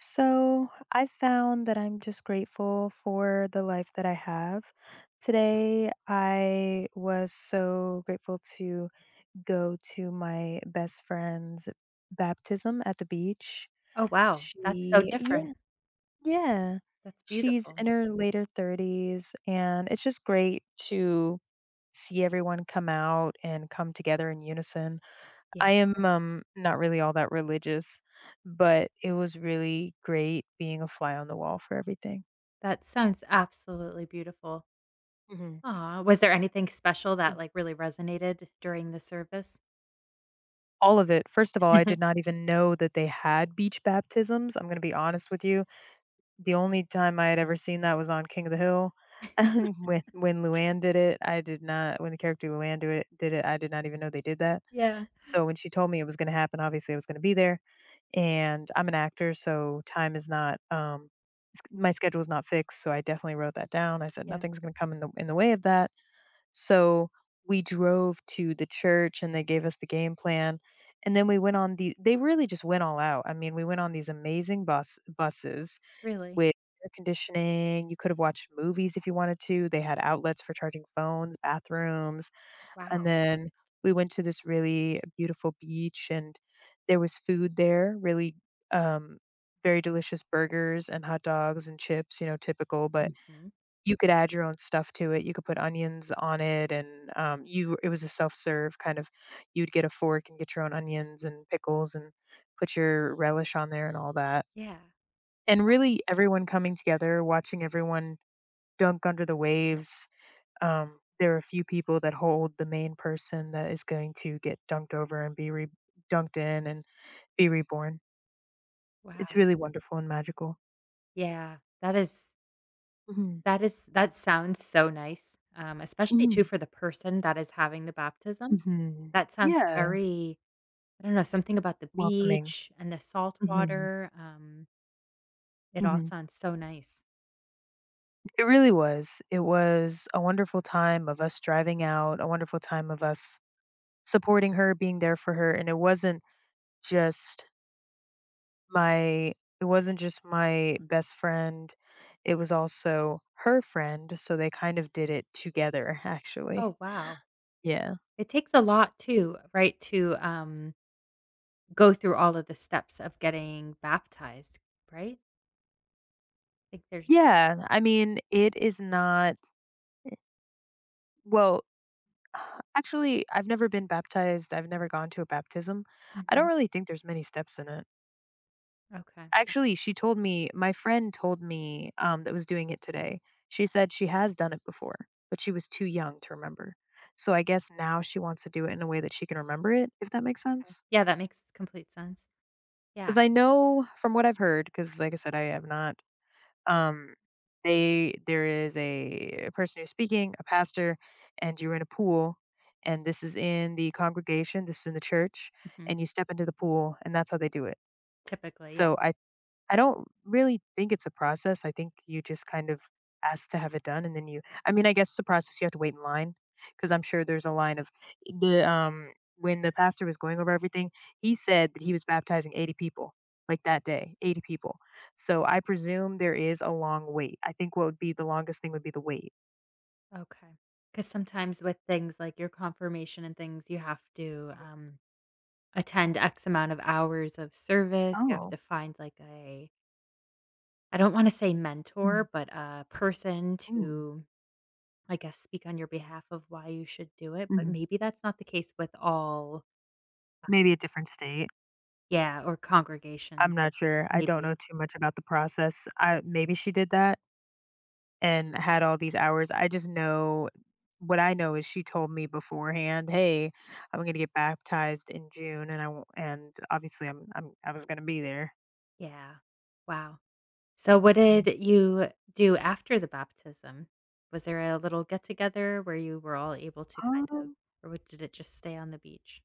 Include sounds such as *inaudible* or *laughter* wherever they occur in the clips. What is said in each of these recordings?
So I found that I'm just grateful for the life that I have. Today, I was so grateful to go to my best friend's baptism at the beach. Oh, wow. That's so She, different. yeah, yeah, That's she's beautiful. in her later 30s, and it's just great to see everyone come out and come together in unison. Yeah. I am not really all that religious, but it was really great being a fly on the wall for everything. That sounds absolutely beautiful. Hmm Aw, was there anything special that, like, really resonated during the service? All of it. First of all, I did *laughs* not even know that they had beach baptisms. I'm going to be honest with you. The only time I had ever seen that was on King of the Hill. *laughs* And when Luann did it, I did not when the character Luann do it did it, I did not even know they did that. Yeah, So when she told me it was going to happen, obviously I was going to be there. And I'm an actor, so time is not, my schedule's not fixed, so I definitely wrote that down. I said yeah, nothing's going to come in the way of that. So we drove to the church and they gave us the game plan. And then we went on the they really just went all out. I mean, we went on these amazing buses really. with air conditioning. You could have watched movies if you wanted to. They had outlets for charging phones, bathrooms, and Wow. then we went to this really beautiful beach, and there was food there, really, um, very delicious burgers and hot dogs and chips, typical, but Mhm. you could add your own stuff to it. You could put onions on it and, you it was a self-serve kind of . You'd get a fork and get your own onions and pickles and put your relish on there and all that. Yeah. And really everyone coming together, watching everyone dunk under the waves. There are a few people that hold the main person that is going to get dunked over and be dunked in and be reborn. It's Wow. really wonderful and magical. Yeah. That is Mhm. that is that sounds so nice, especially too Mhm. for the person that is having the baptism. Mhm. That sounds Yeah, very I don't know, something about the welcoming. beach and the salt Mhm. water, it all Mhm. sounds so nice. It really was. It was a wonderful time of us driving out, a wonderful time of us supporting her, being there for her, and it wasn't just My it wasn't just my best friend, it was also her friend, so they kind of did it together, *laughs* actually. Oh, wow. Yeah. It takes a lot too, right, to, go through all of the steps of getting baptized, right? I think there's Yeah, I mean, it is not well, *sighs* actually, I've never been baptized. I've never gone to a baptism. I don't mhm. really think there's many steps in it. Okay, Actually, she told me my friend told me, that was doing it today. She said she has done it before, but she was too young to remember. So I guess now she wants to do it in a way that she can remember it, if that makes okay. sense? Yeah, that makes complete sense. Yeah. 'Cause I know from what I've heard, because like I said, I have not, um, they There is a person who's speaking, a pastor, and you're in a pool, and this is in the congregation, this is in the church, Mhm. and you step into the pool, and that's how they do it. Typically, yeah. So I don't really think it's a process. I think you just kind of ask to have it done, and then you I mean, I guess the process, you have to wait in line, because 'cause I'm sure there's a line of the, um when the pastor was going over everything, he said that he was baptizing 80 people, like, that day, 80 people. So, I Mhm. presume there is a long wait. I think what would be the longest thing would be the wait. Okay. Because sometimes with things like your confirmation and things, you have to, Mhm. Attend X amount of hours of service. You have Oh. to find, like, a I don't wanna say Mhm. mentor, but a person Mm. to I guess, speak on your behalf of why you should do it, but Mhm. maybe that's not the case with all uh, Maybe a different state. yeah, or congregation, I'm like, not sure. I don't maybe. know too much about the process. I maybe she did that and had all these hours. I just know what I know is she told me beforehand, "Hey, I'm gonna get baptized in June," and I won't and obviously I was gonna be there. Yeah. Wow. So what did Mhm. you do after the baptism? Was there a little get together where you were all able to kind of Um, or what did it just stay on the beach?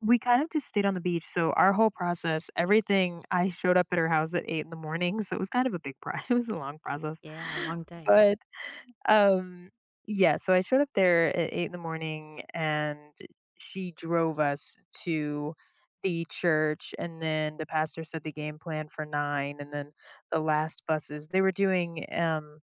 we kind of just stayed on the beach, so our whole process, everything I showed up at her house at 8 in the morning, *laughs* so it was kind of a big process. *laughs* It was a long process, Yeah, a long day. but Um, yeah, so I showed up there at 8 in the morning and she drove us to the church, and then the pastor said the game plan for 9, and then the last buses they were doing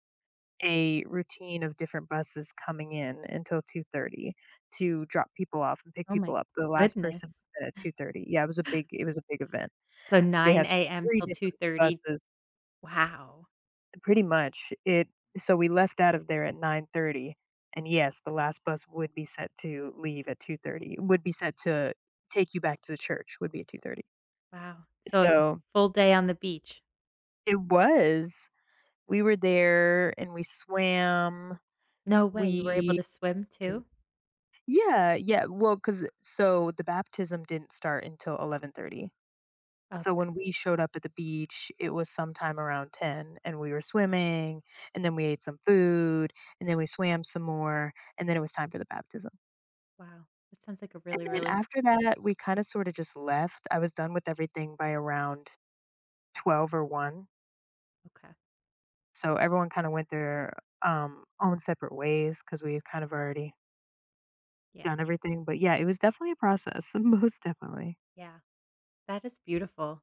a routine of different buses coming in until 2:30 to drop people off and pick Oh my people up. The last person goodness. at 2:30. Yeah, it was a big event. So They had 9 AM 3 till different 2:30. buses. Wow. Pretty much. It So we left out of there at 9:30, and yes, the last bus would be set to leave at 2:30. Would be set to Take you back to the church, would be at 2:30. Wow. So it was a So, full day on the beach. it was. We were there and we swam. No way. You were able We to swim too? Yeah, yeah, well, because so the baptism didn't start until 11:30. Oh, So when we showed up at the beach, it was sometime around 10 and we were swimming, and then we ate some food, and then we swam some more, and then it was time for the baptism. wow, that sounds like a And really, then really after that, we kind of sort of just left. I was done with everything by around 12 or 1. okay. So everyone kind of went their own separate ways because we had kind of already Yeah. done everything. But yeah, it was definitely a process, *laughs* most definitely. Yeah, that is beautiful.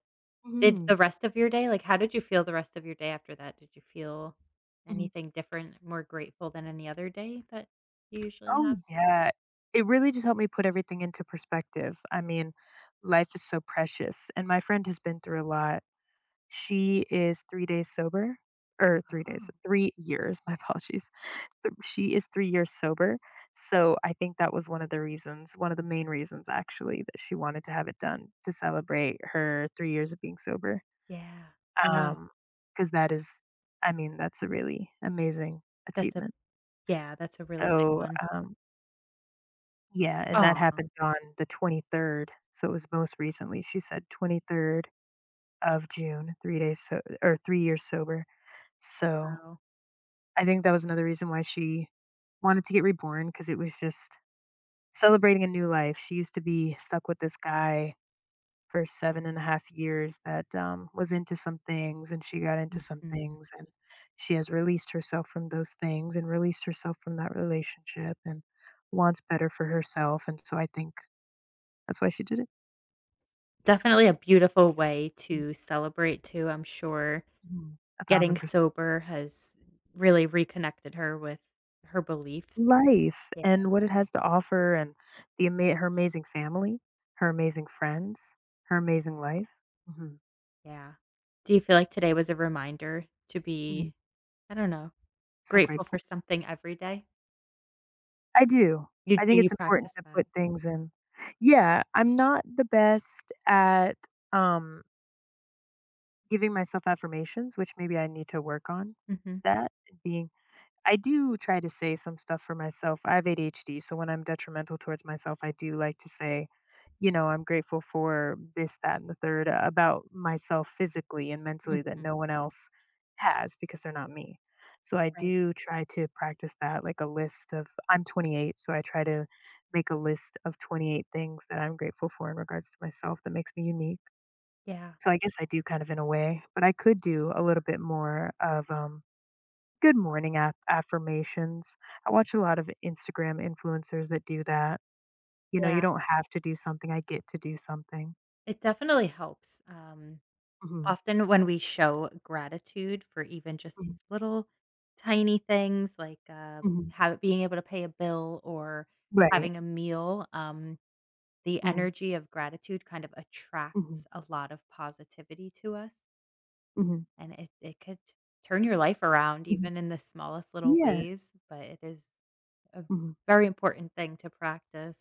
Did the Hmm rest of your day like, how did you feel the rest of your day after that? Did you feel anything different, more grateful than any other day that you usually Oh, have? yeah. It really just helped me put everything into perspective. I mean, life is so precious. And my friend has been through a lot. She is 3 days Oh. 3 years, *laughs* my apologies. She is 3 years sober. So I think that was one of the reasons, one of the main reasons actually, that she wanted to have it done to celebrate her 3 years of being sober. Yeah. Wow. Um, because that is, I mean, that's a really amazing That's a achievement. yeah, that's a really big So, one. um, Yeah, and that Oh, happened on the 23rd, so it was most recently, she said 23rd of June, 3 years sober, so wow. I think that was another reason why she wanted to get reborn because it was just celebrating a new life. She used to be stuck with this guy for 7.5 years that, was into some things, and she got into some Mhm. things, and she has released herself from those things and released herself from that relationship and wants better for herself, and so I think that's why she did it. Definitely a beautiful way Mm, to celebrate too, I'm sure. mhm, Getting 1,000%. sober has really reconnected her with her beliefs. Life and what it has to offer, and the ama her amazing family, her amazing friends, her amazing life. Mhm, Yeah. Do you feel like today was a reminder to mhm, be, I don't know, so grateful for grateful. something every day? I do. You I do, think you it's important practice to that. put things in Yeah, I'm not the best at, um, giving myself affirmations, which maybe I need to work on Mhm, that, being I do try to say some stuff for myself. I have ADHD, so when I'm detrimental towards myself, I do like to say, you know, I'm grateful for this, that, and the third about myself physically and mentally that mhm, no one else has because they're not me. So I right. do try to practice that, like a list of, I'm 28, so I try to make a list of 28 things that I'm grateful for in regards to myself that makes me unique. Yeah, So I guess I do kind of in a way, but I could do a little bit more of good morning affirmations. I watch a lot of Instagram influencers that do that. You know, you yeah. don't have to do something. I get to do something. It definitely helps. Mhm, Often when we show gratitude for even just mhm, these little tiny things like, mhm. have being able to pay a bill or Right. having a meal, the Mm, energy of gratitude kind of mhm, attracts a lot of positivity to us. mhm, And it could turn your life around mhm, even in the smallest little Yeah. ways, but it is a mhm, very important thing to practice.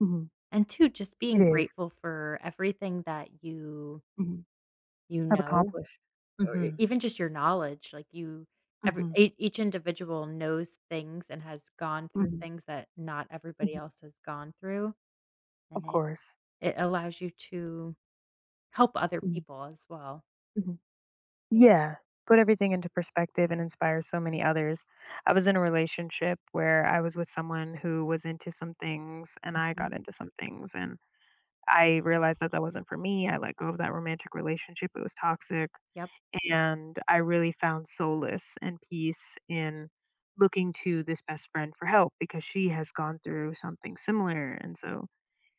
mhm, And two, just It being is. grateful for everything that you Mhm, you I've know, accomplished. or e- Mm-hmm. even just your knowledge, like you every Mm-hmm. ea each individual knows things and has gone hmm through mhm, things that not mhm, everybody mhm, else has gone through, and Of it course. it allows you to help other Mhm, people as well. mhm. Yeah, Yeah. Put everything into perspective and inspire so many others. I was in a relationship where I was with someone who was into some things and I mhm, got into some things, and I realized that that wasn't for me. I let go of that romantic relationship, it was toxic, yep. and I really found solace and peace in looking to this best friend for help because she has gone through something similar, and so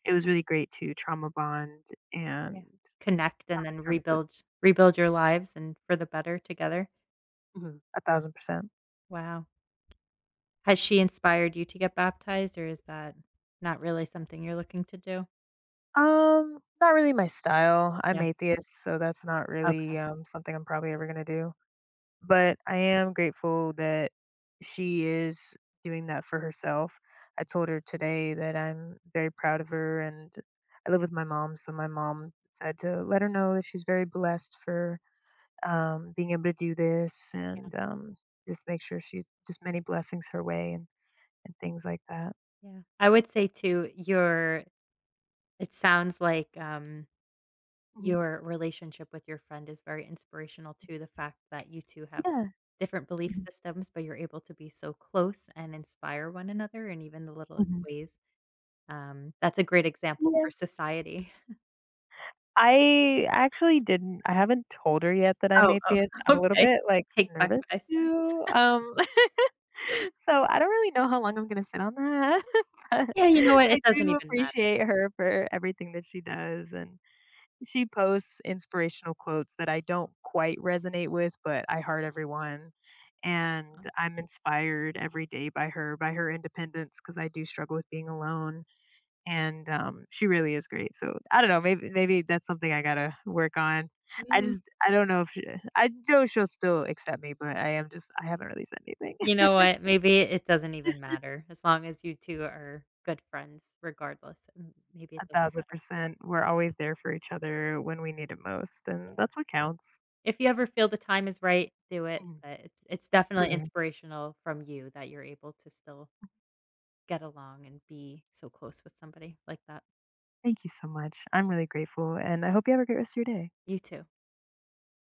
it was really great to trauma bond and Yeah. Connect and come to then terms with. rebuild your lives and for the better together. Mhm, 1,000%. Wow. Has she inspired you to get baptized, or is that not really something you're looking to do? Not really my style. I'm Yeah. atheist, so that's not really, Okay. Something I'm probably ever gonna do. But I am grateful that she is doing that for herself. I told her today that I'm very proud of her, and I live with my mom, so my mom said to let her know that she's very blessed for being able to do this, Yeah. and just make sure she just many blessings her way, and things like that. Yeah. I would say too, your it sounds like, Mhm. your relationship with your friend is very inspirational too, the fact that you two have Yeah. different belief Mhm. systems, but you're able to be so close and inspire one another in even the littlest Mhm. ways. That's a great example Yeah. for society. I actually didn't I haven't told her yet that I'm Oh, oh, atheist. *laughs* I'm a little okay. bit I like take back nervous what I said. to. *laughs* *laughs* So I don't really know how long I'm gonna sit on that, *laughs* but Yeah, you know what? It I doesn't do even matter. appreciate her for everything that she does, and she posts inspirational quotes that I don't quite resonate with, but I heart everyone, and I'm inspired every day by her independence, because I do struggle with being alone, and, she really is great, so I don't know, maybe that's something I gotta work on. Mm, I don't know if she I know she'll still accept me, but I am just I haven't really said anything. you know what? Maybe it doesn't even matter as long as you two are good friends regardless. M maybe it doesn't matter. 1,000%. We're always there for each other when we need it most, and Yeah. that's what counts. If you ever feel the time is right, do it, Mhm. but it's definitely Mhm. inspirational from you that you're able to still get along and be so close with somebody like that. Thank you so much. I'm really grateful, and I hope you have a great rest of your day. You too.